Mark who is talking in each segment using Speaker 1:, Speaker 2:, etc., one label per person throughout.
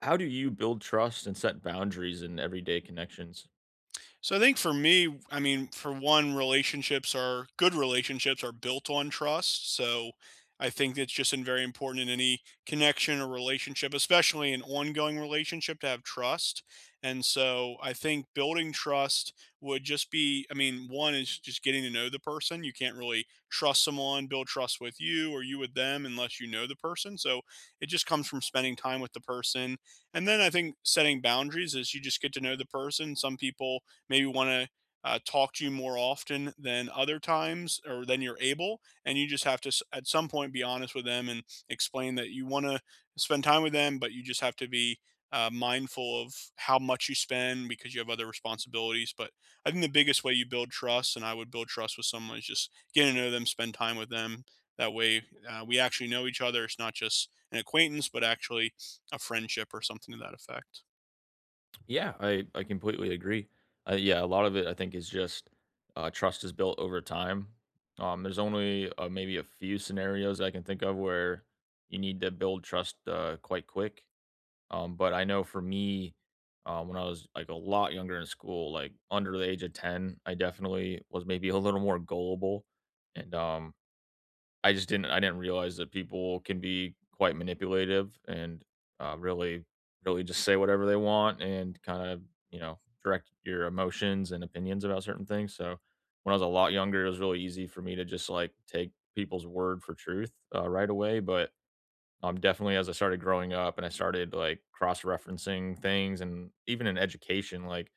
Speaker 1: How do you build trust and set boundaries in everyday connections?
Speaker 2: So I think for me, I mean, for one, relationships are good relationships are built on trust. So I think it's just in very important in any connection or relationship, especially an ongoing relationship, to have trust. And so I think building trust would just be, I mean, one is just getting to know the person. You can't really trust someone, build trust with you or you with them unless you know the person. So it just comes from spending time with the person. And then I think setting boundaries is you just get to know the person. Some people maybe want to talk to you more often than other times or than you're able. And you just have to, at some point, be honest with them and explain that you want to spend time with them, but you just have to be mindful of how much you spend because you have other responsibilities. But I think the biggest way you build trust, and I would build trust with someone, is just getting to know them, spend time with them. That way, we actually know each other. It's not just an acquaintance, but actually a friendship or something to that effect.
Speaker 1: Yeah, I completely agree. Yeah, a lot of it I think is just trust is built over time. There's only maybe a few scenarios I can think of where you need to build trust quite quick. But I know for me, when I was like a lot younger in school, like under the age of 10, I definitely was maybe a little more gullible, and I just didn't I didn't realize that people can be quite manipulative and, really really just say whatever they want and kinda, direct your emotions and opinions about certain things, so, when I was a lot younger, it was really easy for me to just, like, take people's word for truth, right away, but, definitely as I started growing up and I started, like, cross-referencing things, and even in education, like,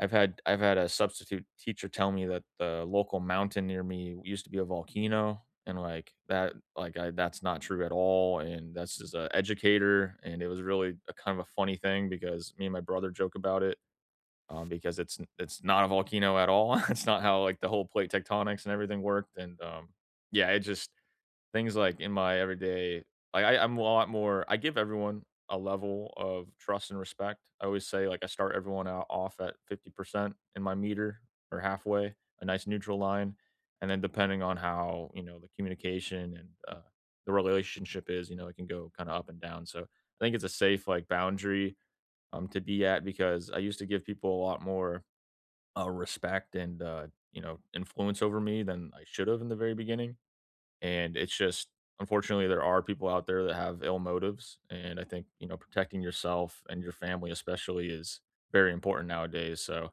Speaker 1: I've had a substitute teacher tell me that the local mountain near me used to be a volcano, and, like, that like, I that's not true at all, and that's just a educator, and it was really a kind of a funny thing because me and my brother joke about it, because it's not a volcano at all. It's not how, like, the whole plate tectonics and everything worked, and, yeah, it just things like in my everyday, like, I I'm a lot more I give everyone a level of trust and respect. I always say, like, I start everyone out off at 50% in my meter, or halfway, a nice neutral line, and then depending on how, you know, the communication and, the relationship is, you know, it can go kinda up and down, so I think it's a safe, like, boundary, to be at, because I used to give people a lot more, respect and, influence over me than I should have in the very beginning. And it's just, unfortunately, there are people out there that have ill motives, and I think, protecting yourself and your family especially is very important nowadays, so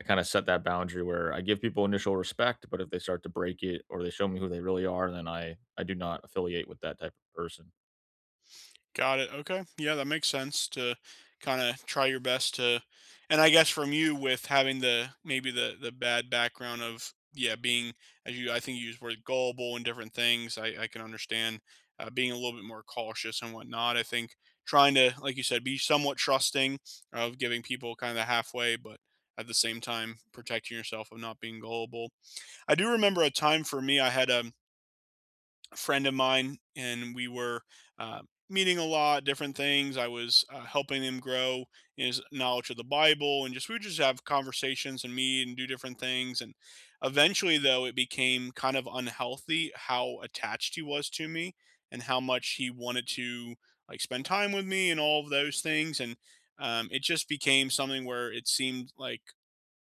Speaker 1: I kinda set that boundary where I give people initial respect, but if they start to break it or they show me who they really are, then I do not affiliate with that type of person.
Speaker 2: Got it. Okay. Yeah, that makes sense to kind of try your best to, and I guess from you with having the maybe the bad background of, yeah, being as you, I think you used the word gullible and different things. I can understand being a little bit more cautious and whatnot. I think trying to, like you said, be somewhat trusting of giving people kind of halfway, but at the same time protecting yourself of not being gullible. I do remember a time for me I had a friend of mine and we were uh, meeting a lot different things. I was helping him grow in his knowledge of the Bible, and just we would just have conversations and meet and do different things. And eventually though, it became kind of unhealthy how attached he was to me and how much he wanted to like spend time with me and all of those things. And it just became something where it seemed like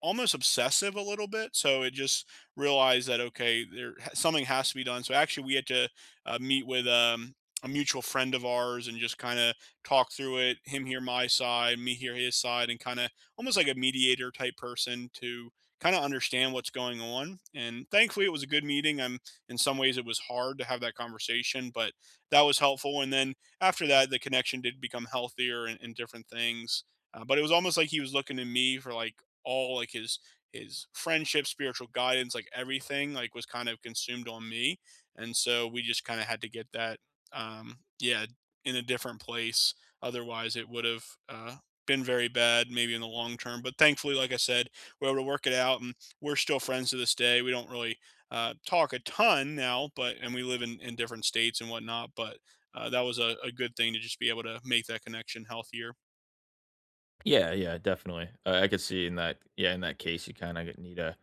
Speaker 2: almost obsessive a little bit. So it just realized that okay, there something has to be done. So actually, we had to meet with a mutual friend of ours and just kind of talk through it. Him hear my side, me hear his side, and kind of almost like a mediator type person to kind of understand what's going on. And thankfully, it was a good meeting. I'm in some ways it was hard to have that conversation, but that was helpful. And then after that, the connection did become healthier and different things. But it was almost like he was looking to me for like all like his friendship, spiritual guidance, like everything, like was kind of consumed on me, and so we just kind of had to get that, yeah, in a different place. Otherwise, it would have been very bad, maybe in the long term. But thankfully, like I said, we're able to work it out, and we're still friends to this day. We don't really talk a ton now, but and we live in different states and whatnot, but. That was a good thing to just be able to make that connection healthier.
Speaker 1: Yeah, yeah, definitely. I could see in that, yeah, in that case, you kinda need a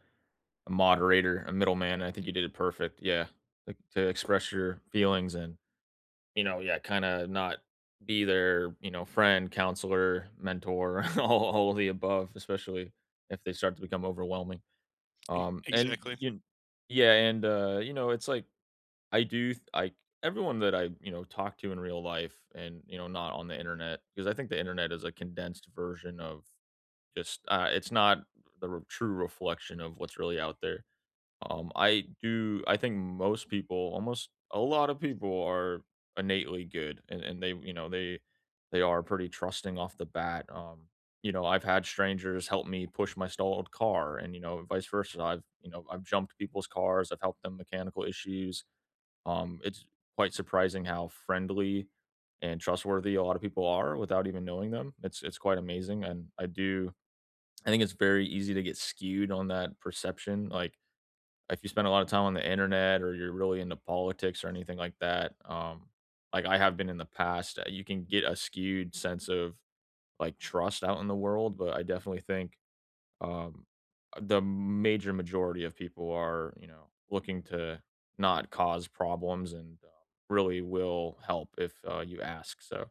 Speaker 1: a moderator, a middleman, and I think you did it perfect, yeah, like, to express your feelings. And yeah, kinda not be their, friend, counselor, mentor, all of the above, especially if they start to become overwhelming. And
Speaker 2: Exactly.
Speaker 1: you Yeah, and, it's like, I do th I everyone that I, talk to in real life and, not on the internet, because I think the internet is a condensed version of it's not the r true reflection of what's really out there. I do I think most people, almost a lot of people are innately good, and they are pretty trusting off the bat. I've had strangers help me push my stalled car, and vice versa. I've jumped people's cars, I've helped them mechanical issues. It's quite surprising how friendly and trustworthy a lot of people are without even knowing them. It's quite amazing, and I do I think it's very easy to get skewed on that perception. Like, if you spend a lot of time on the internet, or you're really into politics or anything like that, like I have been in the past, you can get a skewed sense of like trust out in the world. But I definitely think, um, the majority of people are, looking to not cause problems, and really will help if you ask. So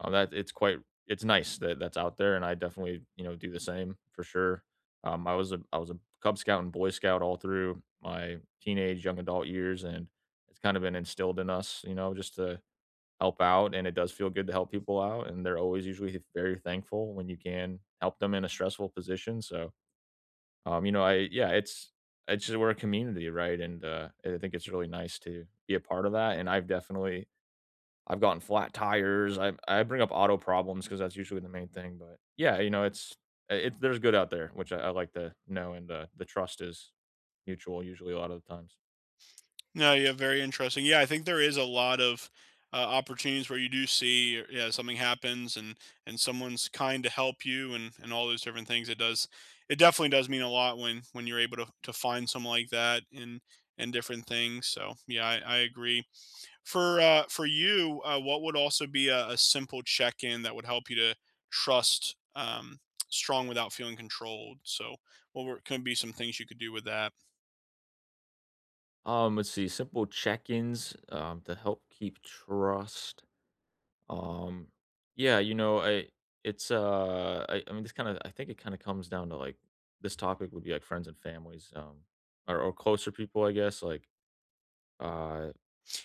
Speaker 1: that it's nice that that's out there, and I definitely do the same for sure. I was a Cub Scout and Boy Scout all through my teenage young adult years, and it's kind of been instilled in us, just to help out, and it does feel good to help people out, and they're always usually very thankful when you can help them in a stressful position. So you know, I yeah, it's just we're a community, right? And I think it's really nice to be a part of that. And I've gotten flat tires. I bring up auto problems because that's usually the main thing. But yeah, there's good out there, which I like to know, and the trust is mutual usually a lot of the times.
Speaker 2: No, yeah, very interesting. Yeah, I think there is a lot of opportunities where you do see, yeah, something happens and someone's kind to help you and all those different things. It does, it definitely does mean a lot when you're able to find someone like that and different things. So yeah, I agree. For you, what would also be a simple check in that would help you to trust strong without feeling controlled? So what were, could be some things you could do with that?
Speaker 1: Let's see, simple check-ins, to help keep trust. Um, yeah, I mean, this kind of I think it kind of comes down to like this topic would be like friends and families, or closer people, I guess. Like uh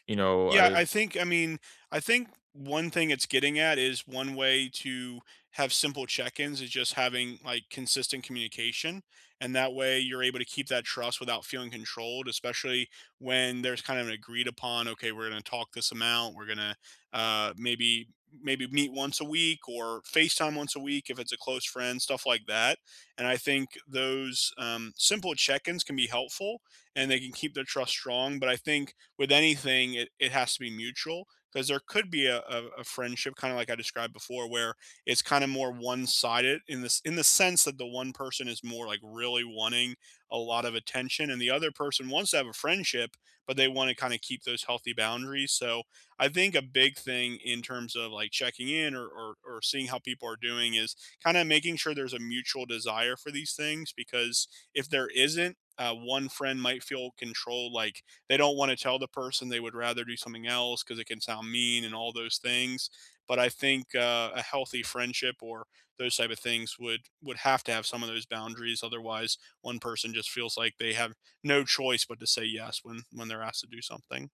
Speaker 1: you know,
Speaker 2: Yeah,
Speaker 1: I
Speaker 2: I think I mean, I think one thing it's getting at is one way to have simple check-ins is just having like consistent communication, and that way you're able to keep that trust without feeling controlled, especially when there's kind of an agreed upon, okay, we're going to talk this amount, we're going to maybe maybe meet once a week or FaceTime once a week if it's a close friend, stuff like that. And I think those, um, simple check-ins can be helpful and they can keep their trust strong, but I think with anything, it has to be mutual because there could be a friendship, kind of like I described before, where it's kind of more one sided in this in the sense that the one person is more like really wanting a lot of attention, and the other person wants to have a friendship, but they want to kind of keep those healthy boundaries. So I think a big thing in terms of like checking in or seeing how people are doing is kind of making sure there's a mutual desire for these things because if there isn't, one friend might feel controlled like they don't want to tell the person they would rather do something else because it can sound mean and all those things. But I think a healthy friendship or those type of things would have to have some of those boundaries, otherwise one person just feels like they have no choice but to say yes when they're asked to do something.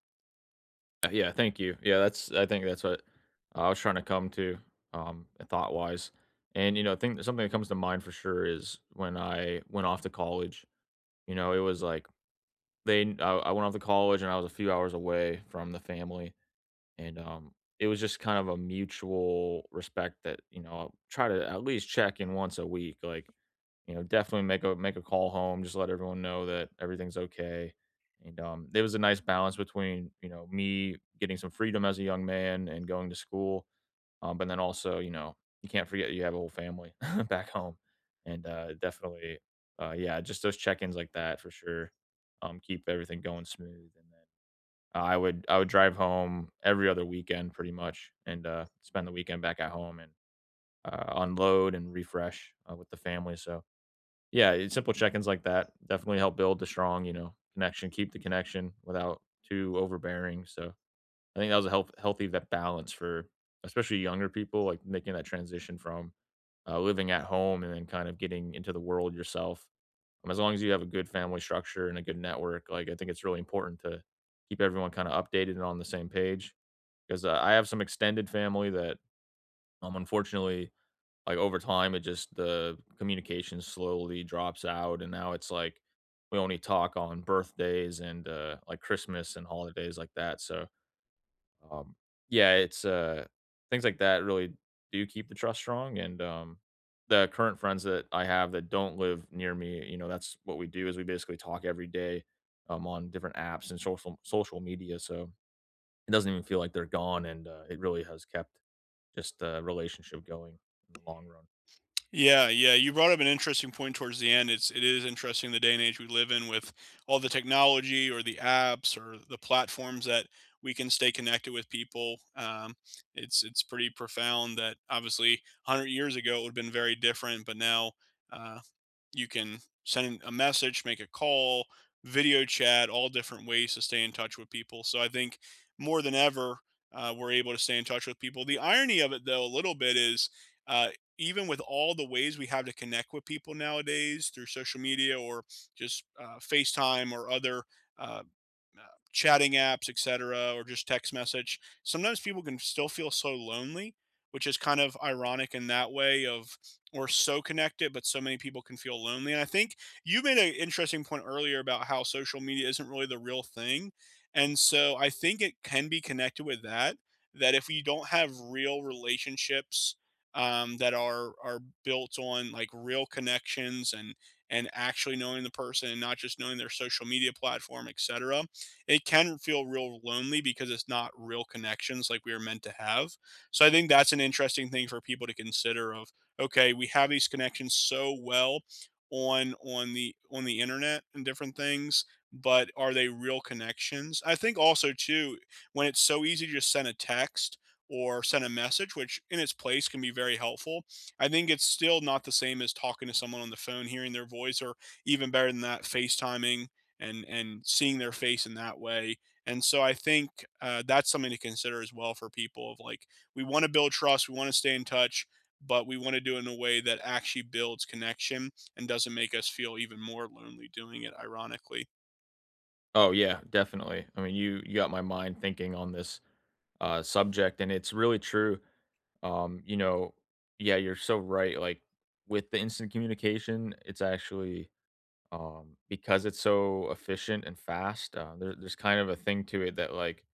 Speaker 1: Yeah, thank you. Yeah, that's I think that's what I was trying to come to, thought wise. And I think something that comes to mind for sure is when I went off to college. You know, it was like they I went off to college, and I was a few hours away from the family. And it was just kind of a mutual respect that I'll try to at least check in once a week. Like, you know, definitely make a make a call home, just let everyone know that everything's okay. And there was a nice balance between me getting some freedom as a young man and going to school, but then also, you know, you can't forget you have a whole family back home. And definitely, yeah, just those check-ins like that for sure, keep everything going smooth. And then I would drive home every other weekend pretty much, and, spend the weekend back at home, and, unload and refresh, with the family. So, yeah, it's simple check-ins like that definitely help build the strong, connection, keep the connection without too overbearing. So, I think that was a healthy that balance for especially younger people, like, making that transition from, living at home and then kind of getting into the world yourself. As long as you have a good family structure and a good network, like, I think it's really important to keep everyone kinda updated and on the same page, 'cause, I have some extended family that, unfortunately, like, over time, it just the communication slowly drops out, and now it's like, we only talk on birthdays and, like, Christmas and holidays like that. So um, yeah, things like that really do keep the trust strong, and, the current friends that I have that don't live near me, that's what we do, is we basically talk every day, on different apps and social media, so it doesn't even feel like they're gone, and, it really has kept just the relationship going in the long run.
Speaker 2: Yeah, yeah. You brought up an interesting point towards the end. It's it is interesting the day and age we live in with all the technology or the apps or the platforms that we can stay connected with people. It's pretty profound that obviously 100 years ago it would have been very different, but now, uh, you can send a message, make a call, video chat, all different ways to stay in touch with people. So I think more than ever, we're able to stay in touch with people. The irony of it, though, a little bit is, uh, even with all the ways we have to connect with people nowadays through social media or just FaceTime or other uh, uh, chatting apps, etc., or just text message. Sometimes people can still feel so lonely, which is kind of ironic in that way of we're so connected, but so many people can feel lonely. And I think you made an interesting point earlier about how social media isn't really the real thing. And so I think it can be connected with that, that if you don't have real relationships, that are built on like real connections and actually knowing the person and not just knowing their social media platform, etc, it can feel real lonely because it's not real connections like we were meant to have. So I think that's an interesting thing for people to consider of okay, we have these connections so well on on the internet and different things, but are they real connections? I think also too when it's so easy to just send a text or send a message, which in its place can be very helpful. I think it's still not the same as talking to someone on the phone, hearing their voice, or even better than that, FaceTiming and seeing their face in that way. And so I think, that's something to consider as well for people of like we want to build trust, we want to stay in touch, but we want to do it in a way that actually builds connection and doesn't make us feel even more lonely doing it. Ironically,
Speaker 1: Oh, yeah, definitely. I mean, you got my mind thinking on this, subject, and it's really true. Um, you know, yeah, you're so right. Like, with the instant communication, it's actually because it's so efficient and fast. There's kind of a thing to it that like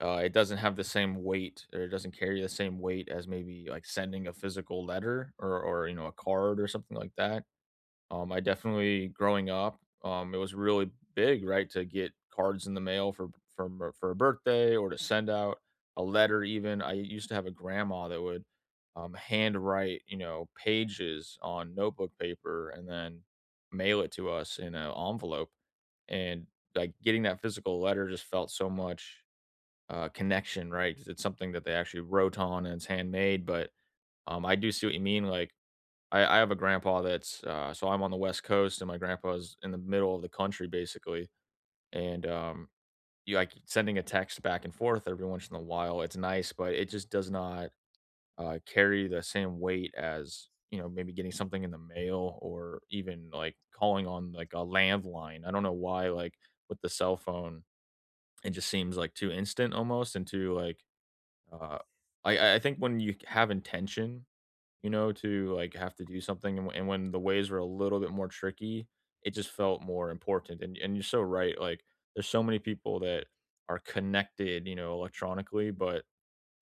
Speaker 1: uh, it doesn't have the same weight, or it doesn't carry the same weight as maybe like sending a physical letter, or you know a card or something like that. I definitely growing up, it was really big, right, to get cards in the mail for for a birthday, or to send out a letter. Even I used to have a grandma that would, handwrite, you know, pages on notebook paper and then mail it to us in an envelope. And like getting that physical letter just felt so much, connection, right? 'Cause it's something that they actually wrote on and it's handmade. But I do see what you mean. Like, I have a grandpa that's, so I'm on the West Coast and my grandpa's in the middle of the country basically, and, you, like, sending a text back and forth every once in a while, it's nice, but it just does not, carry the same weight as, maybe getting something in the mail, or even, like, calling on, like, a landline. I don't know why, like, with the cell phone, it just seems, like, too instant almost, and too, like, uh I think when you have intention, to, like, have to do something, and when the ways were a little bit more tricky, it just felt more important. And you're so right. Like, there's so many people that are connected, electronically, but,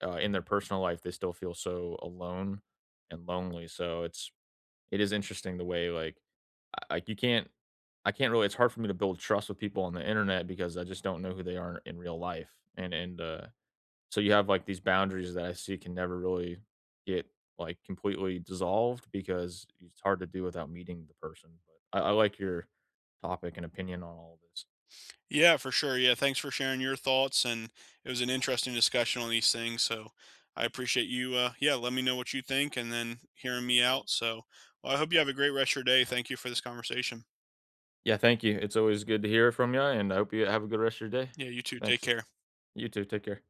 Speaker 1: in their personal life, they still feel so alone and lonely. So it's it is interesting the way, like, I, like, you can't— I can't really— it's hard for me to build trust with people on the internet, because I just don't know who they are in real life. And so you have, like, these boundaries that I see can never really get, like, completely dissolved, because it's hard to do without meeting the person. But I like your topic and opinion on all this.
Speaker 2: yeah, for sure. Yeah, thanks for sharing your thoughts, and it was an interesting discussion on these things. So I appreciate you. Yeah, let me know what you think, and then hearing me out. So well, I hope you have a great rest of your day. Thank you for this conversation.
Speaker 1: Yeah, thank you. It's always good to hear from you, and I hope you have a good rest of your day.
Speaker 2: Yeah, you too. Take
Speaker 1: Thanks.
Speaker 2: care.
Speaker 1: You too, take care.